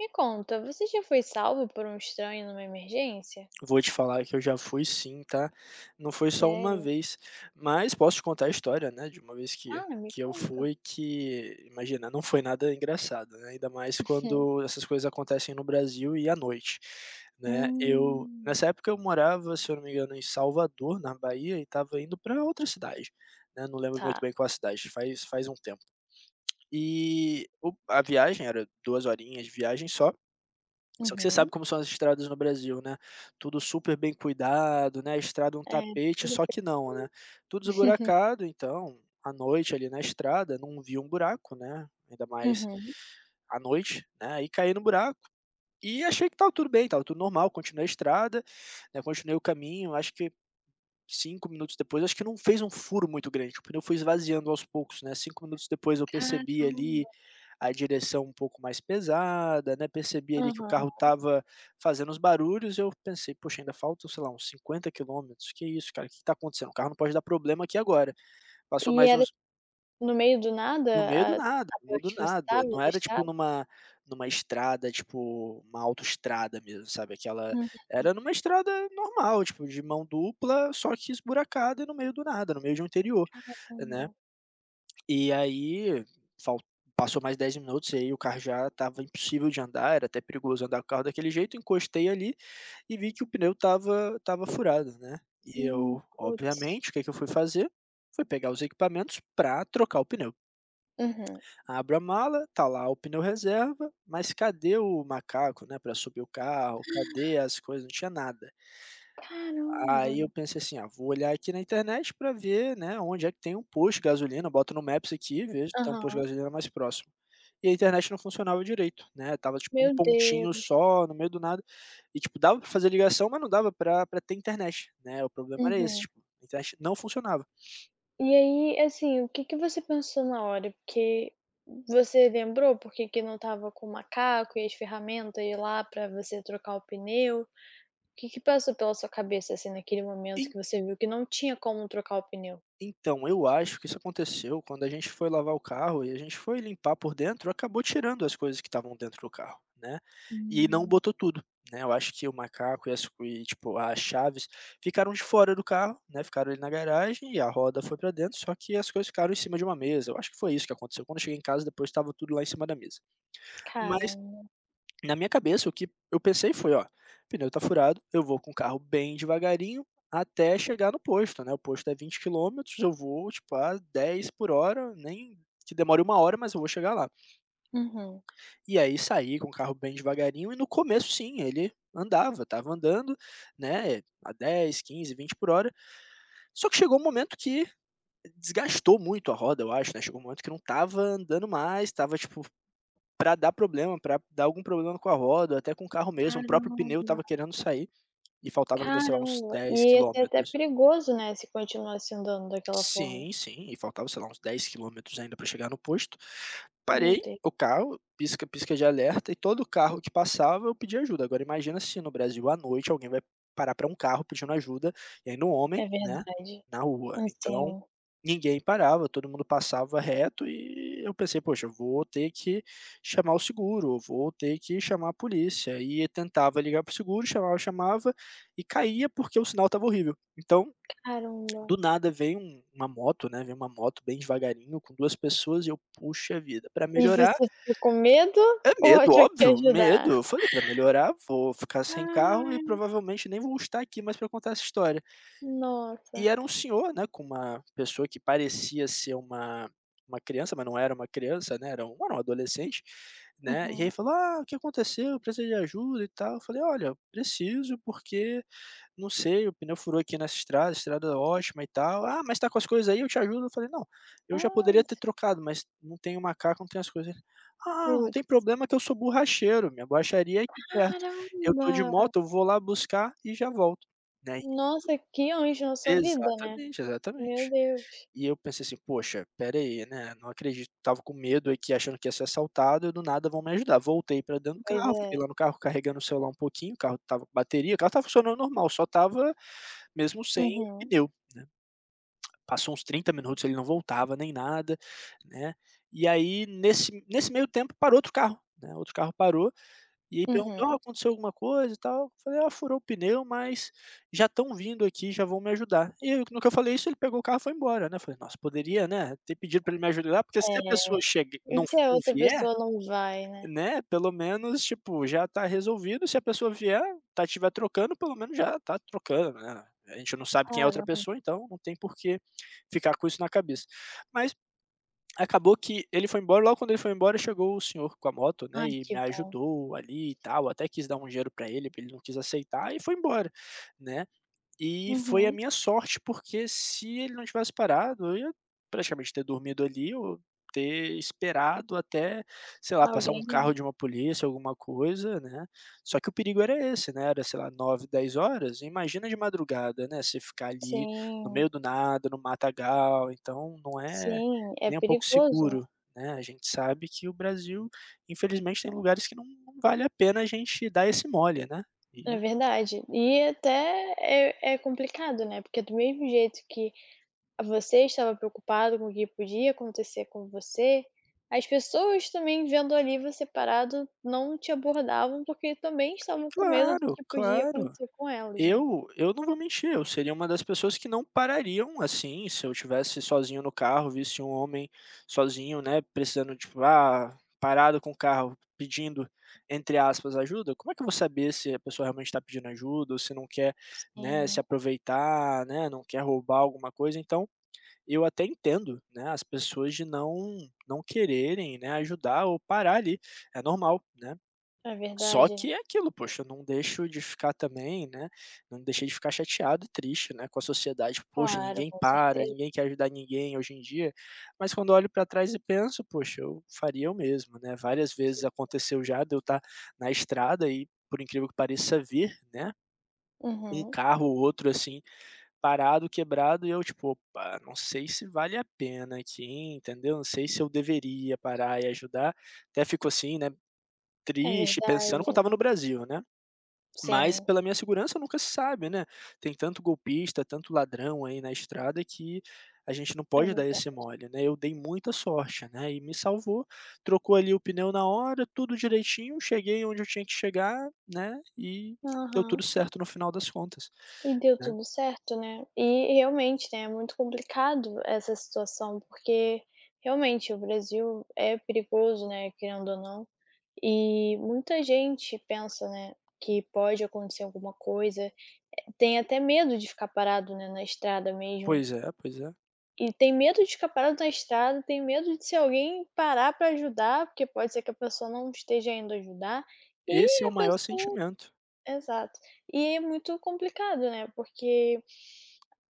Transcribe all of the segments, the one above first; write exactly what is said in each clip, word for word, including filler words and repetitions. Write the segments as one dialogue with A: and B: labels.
A: Me conta, você já foi salvo por um estranho numa emergência?
B: Vou te falar que eu já fui sim, tá. Não foi só uma
A: Sério?
B: vez, mas posso te contar a história, né, de uma vez que
A: Ah, me
B: que eu
A: conta.
B: fui que, imagina, não foi nada engraçado, né, ainda mais quando essas coisas acontecem no Brasil e à noite, né. Eu
A: Hum,
B: nessa época eu morava, se eu não me engano, em Salvador, na Bahia, e estava indo para outra cidade, né, não lembro muito
A: tá.
B: bem qual a cidade, faz faz um tempo. E o a viagem era duas horinhas de viagem só. Só que você
A: Uhum.
B: sabe como são as estradas no Brasil, né, tudo super bem cuidado, né, estrada é um
A: É,
B: tapete,
A: tudo
B: só que não, né,
A: bem.
B: tudo esburacado, então, à noite ali na estrada, não vi um buraco, né, ainda mais
A: Uhum.
B: à noite, né, e caí no buraco, e achei que estava tudo bem, estava tudo normal, continuei a estrada, né, continuei o caminho, acho que cinco minutos depois, acho que não fez um furo muito grande, o pneu foi esvaziando aos poucos, né, cinco minutos depois eu percebi
A: Caramba.
B: ali a direção um pouco mais pesada, né, percebi ali que o
A: Aham.
B: carro estava fazendo os barulhos, eu pensei: "Poxa, ainda faltam, sei lá, uns cinquenta quilômetros, que isso cara, o que está acontecendo? O carro não pode dar problema aqui agora". Passou
A: E
B: mais
A: era
B: uns
A: no meio do nada
B: no meio
A: a
B: do nada,
A: a
B: no meio do
A: parte que você
B: nada.
A: estava
B: Não
A: da
B: era tipo
A: estrada?
B: numa numa estrada, tipo, uma autoestrada mesmo, sabe, aquela
A: Uhum.
B: era numa estrada normal, tipo, de mão dupla, só que esburacada e no meio do nada, no meio de um interior, né.
A: Caramba.
B: E aí fal passou mais dez minutos e aí o carro já estava impossível de andar, era até perigoso andar com o carro daquele jeito, encostei ali e vi que o pneu estava estava furado, né. E
A: Hum,
B: eu,
A: puts.
B: obviamente, o que que eu fui fazer? Fui pegar os equipamentos pra trocar o pneu.
A: Uhum.
B: Abro a mala, tá lá o pneu reserva, mas cadê o macaco, né, para subir o carro? Cadê as coisas? Não tinha nada.
A: Caramba.
B: Aí eu pensei assim: "Ah, vou olhar aqui na internet para ver, né, onde é que tem um posto de gasolina, boto no Maps aqui, vejo se tem um posto de
A: Aham.
B: gasolina mais próximo". E a internet não funcionava direito, né. Tava tipo
A: Meu
B: um pontinho
A: Deus.
B: só no meio do nada, e tipo dava para fazer ligação, mas não dava para para ter internet, né, o problema era esse,
A: Uhum.
B: tipo, a internet não funcionava.
A: E aí, assim, o que que você pensou na hora? Porque você lembrou por que que não estava com o macaco e as ferramentas e lá pra você trocar o pneu? O que que passou pela sua cabeça, assim, naquele momento que você viu que não tinha como trocar o pneu?
B: Então, eu acho que isso aconteceu quando a gente foi lavar o carro e a gente foi limpar por dentro, acabou tirando as coisas que estavam dentro do carro, né, e não
A: Hum,
B: botou tudo, né, eu acho que o macaco e as e tipo, as chaves ficaram de fora do carro, né, ficaram ali na garagem e a roda foi para dentro, só que as coisas ficaram em cima de uma mesa, eu acho que foi isso que aconteceu. Quando eu cheguei em casa, depois estava tudo lá em cima da mesa. Mas
A: caramba.
B: na minha cabeça, o que eu pensei foi: "Ó, pneu tá furado, eu vou com o carro bem devagarinho até chegar no posto, né, o posto é vinte quilômetros, eu vou, tipo, a dez por hora, nem que demore uma hora, mas eu vou chegar lá".
A: Uhum.
B: E aí saí com o carro bem devagarinho e no começo sim, ele andava, tava andando, né, a dez, quinze, vinte por hora, só que chegou um momento que desgastou muito a roda, eu acho, né, chegou um momento que não tava andando mais, tava tipo, para dar problema, para dar algum problema com a roda, até com o carro mesmo, o próprio
A: Caramba.
B: pneu estava querendo sair e faltava ainda, sei lá, uns
A: Caramba. E
B: dez
A: ia ser até
B: quilômetros.
A: perigoso, né, se continuasse andando daquela forma.
B: Sim, sim, e faltava, sei lá, uns dez quilômetros ainda para chegar no posto.
A: Meu
B: Parei
A: Deus.
B: o carro, pisca, pisca de alerta, e todo carro que passava eu pedia ajuda. Agora imagina se no Brasil à noite alguém vai parar para um carro pedindo ajuda, e ainda um homem,
A: É
B: né,
A: verdade.
B: na rua. Então,
A: Assim,
B: ninguém parava, todo mundo passava reto e eu pensei: "Poxa, eu vou ter que chamar o seguro, eu vou ter que chamar a polícia". E tentava ligar para o seguro, chamava, chamava e caía, porque o sinal estava horrível. Então,
A: caramba.
B: do nada vem um uma moto, né, vem uma moto bem devagarinho com duas pessoas e eu: "Puxa vida". Para
A: E você
B: melhorar
A: ficou com medo
B: é
A: ou
B: medo,
A: achou que ia
B: óbvio, medo.
A: ajudar?
B: Eu falei: "Pra melhorar, vou ficar sem carro e
A: Ai,
B: provavelmente nem vou estar aqui mais pra contar essa história". E
A: nossa.
B: era um senhor, né, com uma pessoa que parecia ser uma uma criança, mas não era uma criança, né, era um era um adolescente, né. E
A: Uhum.
B: aí falou: "Ah, o que aconteceu? Eu preciso de ajuda e tal". Eu falei: "Olha, preciso porque não sei, o pneu furou aqui nessa estrada, estrada é ótima e tal. "Ah, mas tá com as coisas aí, eu te ajudo". Eu falei: "Não, eu já
A: Ah,
B: poderia ter
A: s
B: trocado, mas não tenho o macaco, não tenho as coisas". Ele: "Ah, não tem
A: Putz.
B: problema que eu sou borracheiro, minha borracharia é aqui perto. Eu tô de
A: Caramba!
B: moto, eu vou lá buscar e já volto", né.
A: Nossa, que anjo na sua vida, né.
B: Exatamente,
A: Meu
B: exatamente.
A: Deus.
B: E eu pensei assim: "Poxa, pera aí, né, não acredito". Tava com medo aqui, achando que ia ser assaltado e do nada vão me ajudar. Voltei pra dentro do
A: Pois
B: carro,
A: é.
B: fiquei lá no carro carregando o celular um pouquinho, o carro tava com bateria, o carro tava funcionando normal, só tava mesmo sem o
A: Uhum,
B: pneu, né. Passou uns trinta minutos, ele não voltava nem nada, né. E aí nesse nesse meio tempo parou outro carro, né, outro carro parou, e aí perguntou: "Ah,
A: uhum.
B: aconteceu alguma coisa e tal?" Falei: "Ah, furou o pneu, mas já estão vindo aqui, já vão me ajudar". E aí no que eu falei isso, ele pegou o carro e foi embora, né. Falei: "Nossa, poderia, né, ter pedido para ele me ajudar", porque
A: É.
B: se a pessoa chega
A: E
B: não
A: se a
B: não
A: outra
B: vier,
A: pessoa não vai, né.
B: né, pelo menos, tipo, já tá resolvido, se a pessoa vier, tá tiver trocando, pelo menos já tá trocando, né. A gente não sabe quem é a outra
A: Caramba.
B: pessoa, então não tem por que ficar com isso na cabeça. Mas acabou que ele foi embora, logo quando ele foi embora chegou o senhor com a moto, né,
A: Ai,
B: e
A: que
B: me
A: bom.
B: ajudou ali e tal, até quis dar um dinheiro pra ele, ele não quis aceitar e foi embora, né. E foi a
A: Uhum.
B: minha sorte, porque se ele não tivesse parado, eu ia praticamente ter dormido ali ou ter esperado até, sei lá, passar um
A: Alguém
B: carro de uma polícia, alguma coisa, né. Só que o perigo era esse, né, era, sei lá, nove, dez horas, imagina, de madrugada, né, você ficar ali no
A: Sim,
B: meio do nada, no matagal, então não é
A: sim, é
B: nem um pouco
A: perigoso, né.
B: seguro, né. A gente sabe que o Brasil, infelizmente, tem lugares que não não vale a pena a gente dar esse mole, né.
A: É
B: E
A: verdade. E até é é complicado, né, porque do mesmo jeito que você estava preocupado com o que podia acontecer com você, as pessoas também vendo ali você parado não te abordavam, porque também estavam com medo do
B: claro,
A: que podia
B: claro.
A: acontecer com elas, né.
B: Eu eu não vou mentir, eu seria uma das pessoas que não parariam, assim, se eu tivesse sozinho no carro, visse um homem sozinho, né, precisando, tipo, ah, parado com o carro, pedindo, entre aspas, "ajuda", como é que eu vou saber se a pessoa realmente está pedindo ajuda ou se não quer, né, se
A: Sim,
B: aproveitar, né, não quer roubar alguma coisa. Então, eu até entendo, né, as pessoas de não não quererem, né, ajudar ou parar ali, é normal, né.
A: é
B: Só
A: verdade.
B: que é aquilo, poxa, eu não deixo de ficar também, né, não deixei de ficar chateado e triste, né, com a sociedade. Poxa,
A: Claro,
B: ninguém
A: com
B: para,
A: certeza.
B: ninguém quer ajudar ninguém hoje em dia, mas quando eu olho para trás e penso: "Poxa, eu faria o mesmo", né. Várias vezes aconteceu já de eu estar na estrada e, por incrível que pareça, vir, né, um
A: Uhum.
B: carro ou outro, assim, parado, quebrado, e eu tipo: "Opa, não sei se vale a pena aqui, entendeu. Não sei se eu deveria parar e ajudar. Até fico assim, né,
A: É
B: triste, pensando
A: verdade.
B: quando estava no Brasil, né. Mas
A: Sim,
B: pela minha segurança nunca se sabe, né. Tem tanto golpista, tanto ladrão aí na estrada que a gente não
A: é
B: pode dar esse
A: verdade.
B: mole, né. Eu dei muita sorte, né, e me salvou, trocou ali o pneu na hora, tudo direitinho, cheguei onde eu tinha que chegar, né, e deu
A: Aham.
B: tudo certo no final das contas,
A: E deu
B: né.
A: tudo certo, né. E realmente, né, é muito complicado essa situação, porque realmente o Brasil é perigoso, né, querendo ou não. E muita gente pensa, né, que pode acontecer alguma coisa, eh, tem até medo de ficar parado, né, na estrada mesmo.
B: Pois é, pois é.
A: E tem medo de ficar parado na estrada, tem medo de se alguém parar para ajudar, porque pode ser que a pessoa não esteja indo ajudar.
B: Esse é
A: E
B: o
A: a
B: maior
A: pessoa
B: sentimento.
A: Exato. E é muito complicado, né, porque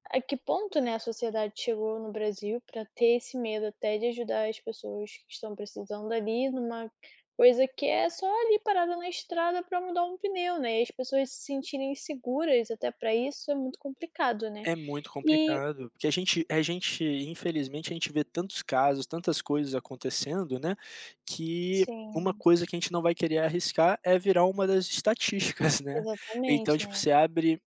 A: a que ponto, né, a sociedade chegou no Brasil para ter esse medo até de ajudar as pessoas que estão precisando ali numa coisa que é só ali parada na estrada para mudar um pneu, né? E as pessoas se sentirem seguras até para isso é muito complicado, né?
B: É muito
A: E
B: complicado, porque a gente a gente infelizmente, a gente vê tantos casos, tantas coisas acontecendo, né, que uma
A: sim,
B: coisa que a gente não vai querer arriscar é virar uma das estatísticas, né. Então,
A: exatamente,
B: tipo,
A: né?
B: você abre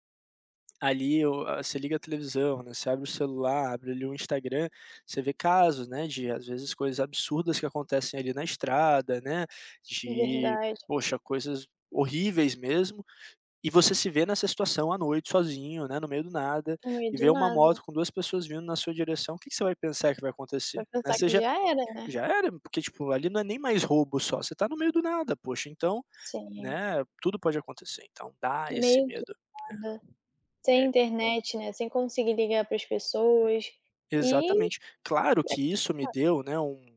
B: ali o a você liga a televisão, né, você abre o celular, abre ali o Instagram, você vê casos, né, de às vezes coisas absurdas que acontecem ali na estrada, né, de,
A: Verdade,
B: poxa, coisas horríveis mesmo, e você se vê nessa situação à noite sozinho, né, no meio do nada,
A: no meio
B: e
A: do
B: vê uma
A: nada.
B: moto com duas pessoas vindo na sua direção, o que que você vai pensar que vai acontecer?
A: Vai
B: Né,
A: pensar
B: você
A: que
B: já
A: já era, né?
B: já era, porque, tipo, ali não é nem mais roubo só, você tá no meio do nada, poxa, então,
A: Sim,
B: né, tudo pode acontecer, então dá esse
A: meio do
B: medo, né.
A: nada. Sem
B: É.
A: internet, né? Sem conseguir ligar para as pessoas. e
B: Exatamente. Claro que isso me deu, né, um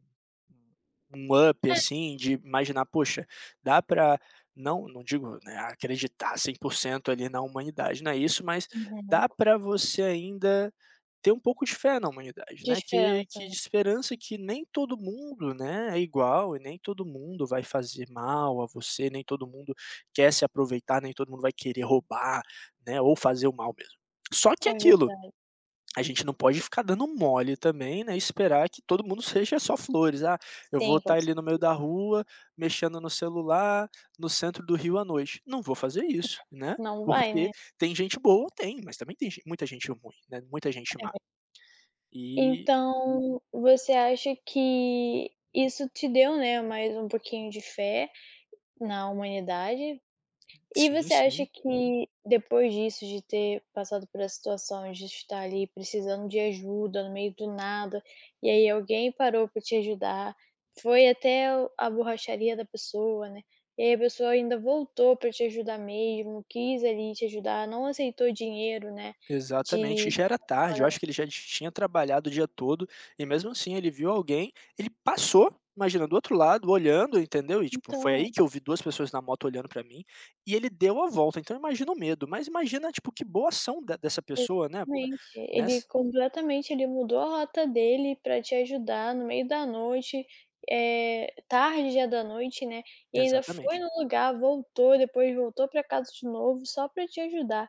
B: um up, assim, de imaginar: "Poxa, dá para não não digo, né, acreditar cem por cento ali na humanidade, não é isso, mas
A: uhum.
B: dá para você ainda ter um pouco de fé na humanidade,
A: De
B: né, que
A: esperança.
B: que esperança que nem todo mundo, né, é igual e nem todo mundo vai fazer mal a você, nem todo mundo quer se aproveitar, nem todo mundo vai querer roubar, né, ou fazer o mal mesmo. Só que é
A: É
B: aquilo,
A: verdade.
B: a gente não pode ficar dando mole também, né, esperar que todo mundo seja só flores. "Ah, eu vou
A: Sim, com
B: estar ali no meio da
A: certeza.
B: rua, mexendo no celular, no centro do Rio à noite". Não vou fazer isso, né,
A: Não vai,
B: porque
A: né.
B: tem gente boa? Tem, mas também tem gen muita gente ruim, né, muita gente
A: É
B: má.
A: ver
B: E
A: então, você acha que isso te deu, né, mais um pouquinho de fé na humanidade, e
B: sim,
A: você acha
B: sim.
A: que depois disso, de ter passado por essa situação, de estar ali precisando de ajuda no meio do nada, e aí alguém parou para te ajudar, foi até o a borracharia da pessoa, né, e aí a pessoa ainda voltou para te ajudar mesmo, quis ali te ajudar, não aceitou dinheiro, né. de
B: Exatamente, já era tarde, eu acho que ele já tinha trabalhado o dia todo, e mesmo assim ele viu alguém, ele passou, imagina, do outro lado, olhando, entendeu? E tipo, foi
A: então
B: aí que eu vi duas pessoas na moto olhando pra mim, e ele deu a volta, então imagina o medo, mas imagina, tipo, que boa ação de dessa pessoa, né,
A: Exatamente. Ele
B: nessa
A: completamente ele mudou a rota dele pra te ajudar no meio da noite, eh, tarde já da noite, né, e ainda foi
B: exatamente.
A: no lugar, voltou, depois voltou pra casa de novo só pra te ajudar.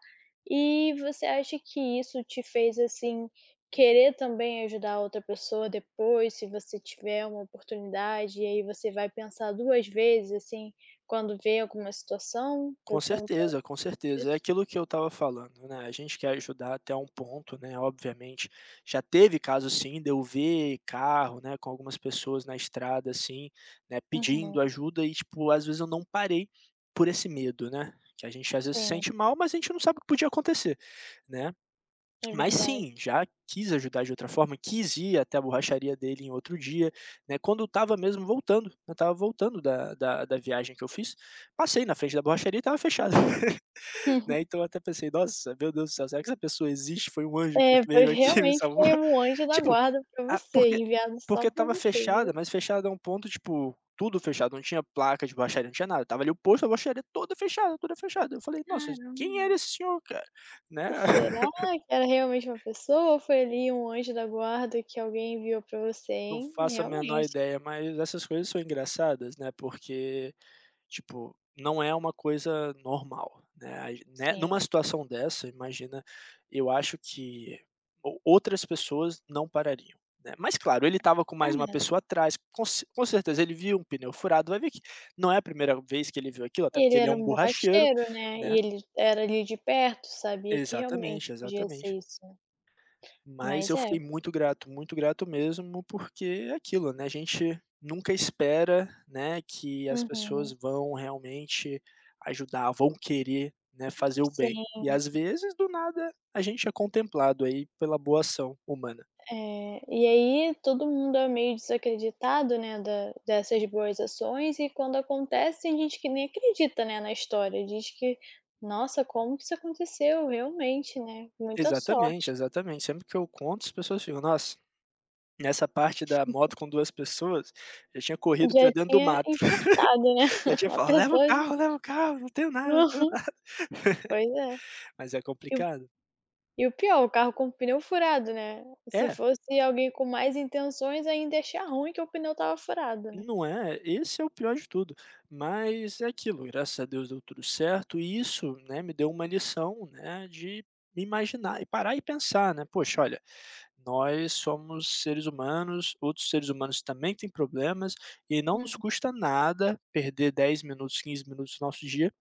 A: E você acha que isso te fez, assim, querer também ajudar a outra pessoa depois, se você tiver uma oportunidade, e aí você vai pensar duas vezes, assim, quando vê alguma situação por
B: Com
A: conta
B: certeza, com certeza. É
A: disso?
B: aquilo que eu estava falando, né, a gente quer ajudar até um ponto, né, obviamente. Já teve caso sim de eu ver carro, né, com algumas pessoas na estrada, assim, né,
A: Uhum.
B: pedindo ajuda e, tipo, às vezes eu não parei por esse medo, né, que a gente às vezes se
A: Sim,
B: sente mal, mas a gente não sabe o que podia acontecer, né.
A: é
B: Mas
A: verdade.
B: sim, já quis ajudar de outra forma, quis ir até a borracharia dele em outro dia, né, quando eu estava mesmo voltando, eu estava voltando da da da viagem que eu fiz, passei na frente da borracharia e estava fechada.
A: Uhum.
B: Né, então eu até pensei: "Nossa, meu Deus do céu, será que essa pessoa existe? Foi um anjo que
A: É, foi
B: veio aqui e me
A: realmente
B: salvou?"
A: foi um anjo da
B: Tipo,
A: guarda pra
B: a
A: você,
B: porque
A: enviado só
B: porque
A: pra
B: estava
A: você, viu.
B: fechada, mas fechada a um ponto, tipo, tudo fechado, não tinha placa de borracharia, não tinha nada, estava ali o posto, a borracharia toda fechada, toda fechada. Eu falei: "Nossa, quem era
A: Caramba.
B: esse senhor, cara?", né.
A: Será que era realmente uma pessoa ou foi ali um anjo da guarda que alguém enviou pra você,
B: Não
A: hein?
B: faço a menor
A: Realmente,
B: ideia, mas essas coisas são engraçadas, né, porque tipo, não é uma coisa normal, né, aí né, numa
A: sim.
B: situação dessa, imagina, eu acho que ou outras pessoas não parariam, né. Mas claro, ele estava com mais uma
A: É.
B: pessoa atrás, com ce com certeza ele viu um pneu furado, vai ver que não é a primeira vez que ele viu aquilo, até
A: Ele
B: porque ele é
A: era
B: um
A: um
B: borracheiro,
A: borracheiro, né, e
B: né.
A: ele era ali de perto, sabia que
B: Exatamente,
A: realmente podia ser
B: exatamente.
A: isso,
B: Mas
A: mas
B: eu
A: é.
B: fiquei muito grato, muito grato mesmo, porque é aquilo, né, a gente nunca espera, né, que as pessoas
A: Uhum,
B: vão realmente ajudar, vão querer, né, fazer o bem.
A: sim.
B: E às vezes, do nada, a gente é contemplado aí pela boa ação humana.
A: É, e aí todo mundo é meio desacreditado, né, da dessas boas ações e quando acontece tem gente que nem acredita, né, na história, diz que: "Nossa, como que isso aconteceu? Realmente, né, muita
B: Exatamente,
A: sorte".
B: exatamente. Sempre que eu conto, as pessoas ficam: "Nossa, nessa parte da moto com duas pessoas, já tinha corrido pra
A: Já
B: dentro do
A: tinha
B: mato,
A: infartado, né,
B: já tinha
A: a
B: falado: 'Leva o
A: pessoa
B: carro,
A: de-
B: leva o carro, não tenho nada, não tenho'". Nada.
A: pois é.
B: Mas é
A: E o
B: complicado.
A: e o pior, o carro com o pneu furado, né, se
B: É.
A: fosse alguém com mais intenções ainda ia achar ruim que o pneu tava furado, né.
B: Não é? Esse é o pior de tudo. Mas é aquilo, graças a Deus deu tudo certo e isso, né, me deu uma lição, né, de me imaginar e parar e pensar, né, "Poxa, olha, nós somos seres humanos, outros seres humanos também têm problemas e não
A: Uhum.
B: nos custa nada perder dez minutos, quinze minutos do nosso dia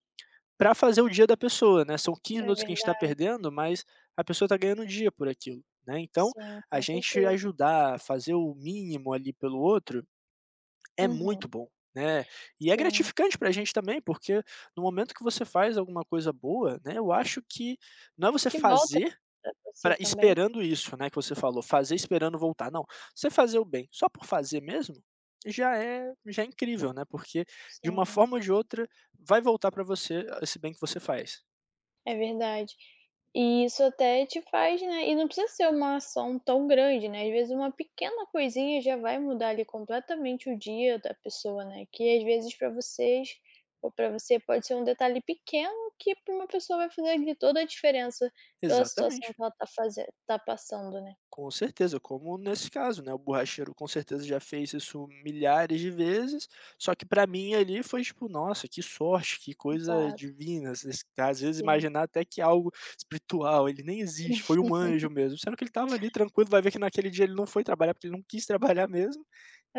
B: para fazer o dia da pessoa, né". São quinze
A: É
B: minutos que a gente está
A: verdade,
B: perdendo, mas a pessoa está ganhando o dia por aquilo, né. Então,
A: sim,
B: a
A: com
B: gente
A: certeza.
B: ajudar, fazer o mínimo ali pelo outro é
A: Uhum,
B: muito bom, né. E é
A: sim.
B: gratificante pra gente também, porque no momento que você faz alguma coisa boa, né, eu acho que não é você
A: Que volta
B: fazer
A: pra você
B: pra
A: também.
B: esperando isso, né, que você falou, fazer esperando voltar, não. Você fazer o bem só por fazer mesmo, já é já é incrível, né, porque de uma
A: Sim,
B: forma ou de outra vai voltar pra você esse bem que você faz.
A: é verdade. E isso até te faz, né, e não precisa ser uma ação tão grande, né, às vezes uma pequena coisinha já vai mudar ali completamente o dia da pessoa, né, que às vezes pra vocês ou pra você pode ser um detalhe pequeno que pra uma pessoa vai fazer ali toda a diferença pela situação
B: Exatamente.
A: que ela tá faze tá passando, né.
B: Com certeza, como nesse caso, né, o borracheiro com certeza já fez isso milhares de vezes, só que pra mim ali foi tipo: "Nossa, que sorte, que coisa
A: Exato,
B: divina", às vezes às vezes
A: sim.
B: imaginar até que algo espiritual, ele nem existe, foi um anjo mesmo, sendo que ele tava ali tranquilo, vai ver que naquele dia ele não foi trabalhar, porque ele não quis trabalhar mesmo,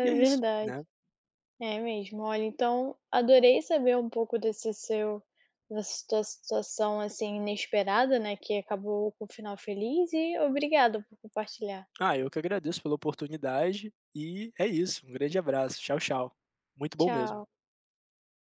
B: e é isso,
A: verdade.
B: né.
A: É mesmo. Olha, então adorei saber um pouco desse seu dessa tua situação, assim, inesperada, né, que acabou com o final feliz e obrigada por compartilhar.
B: Ah, eu que agradeço pela oportunidade, e é isso, um grande abraço, tchau, tchau. Muito bom mesmo.
A: Tchau.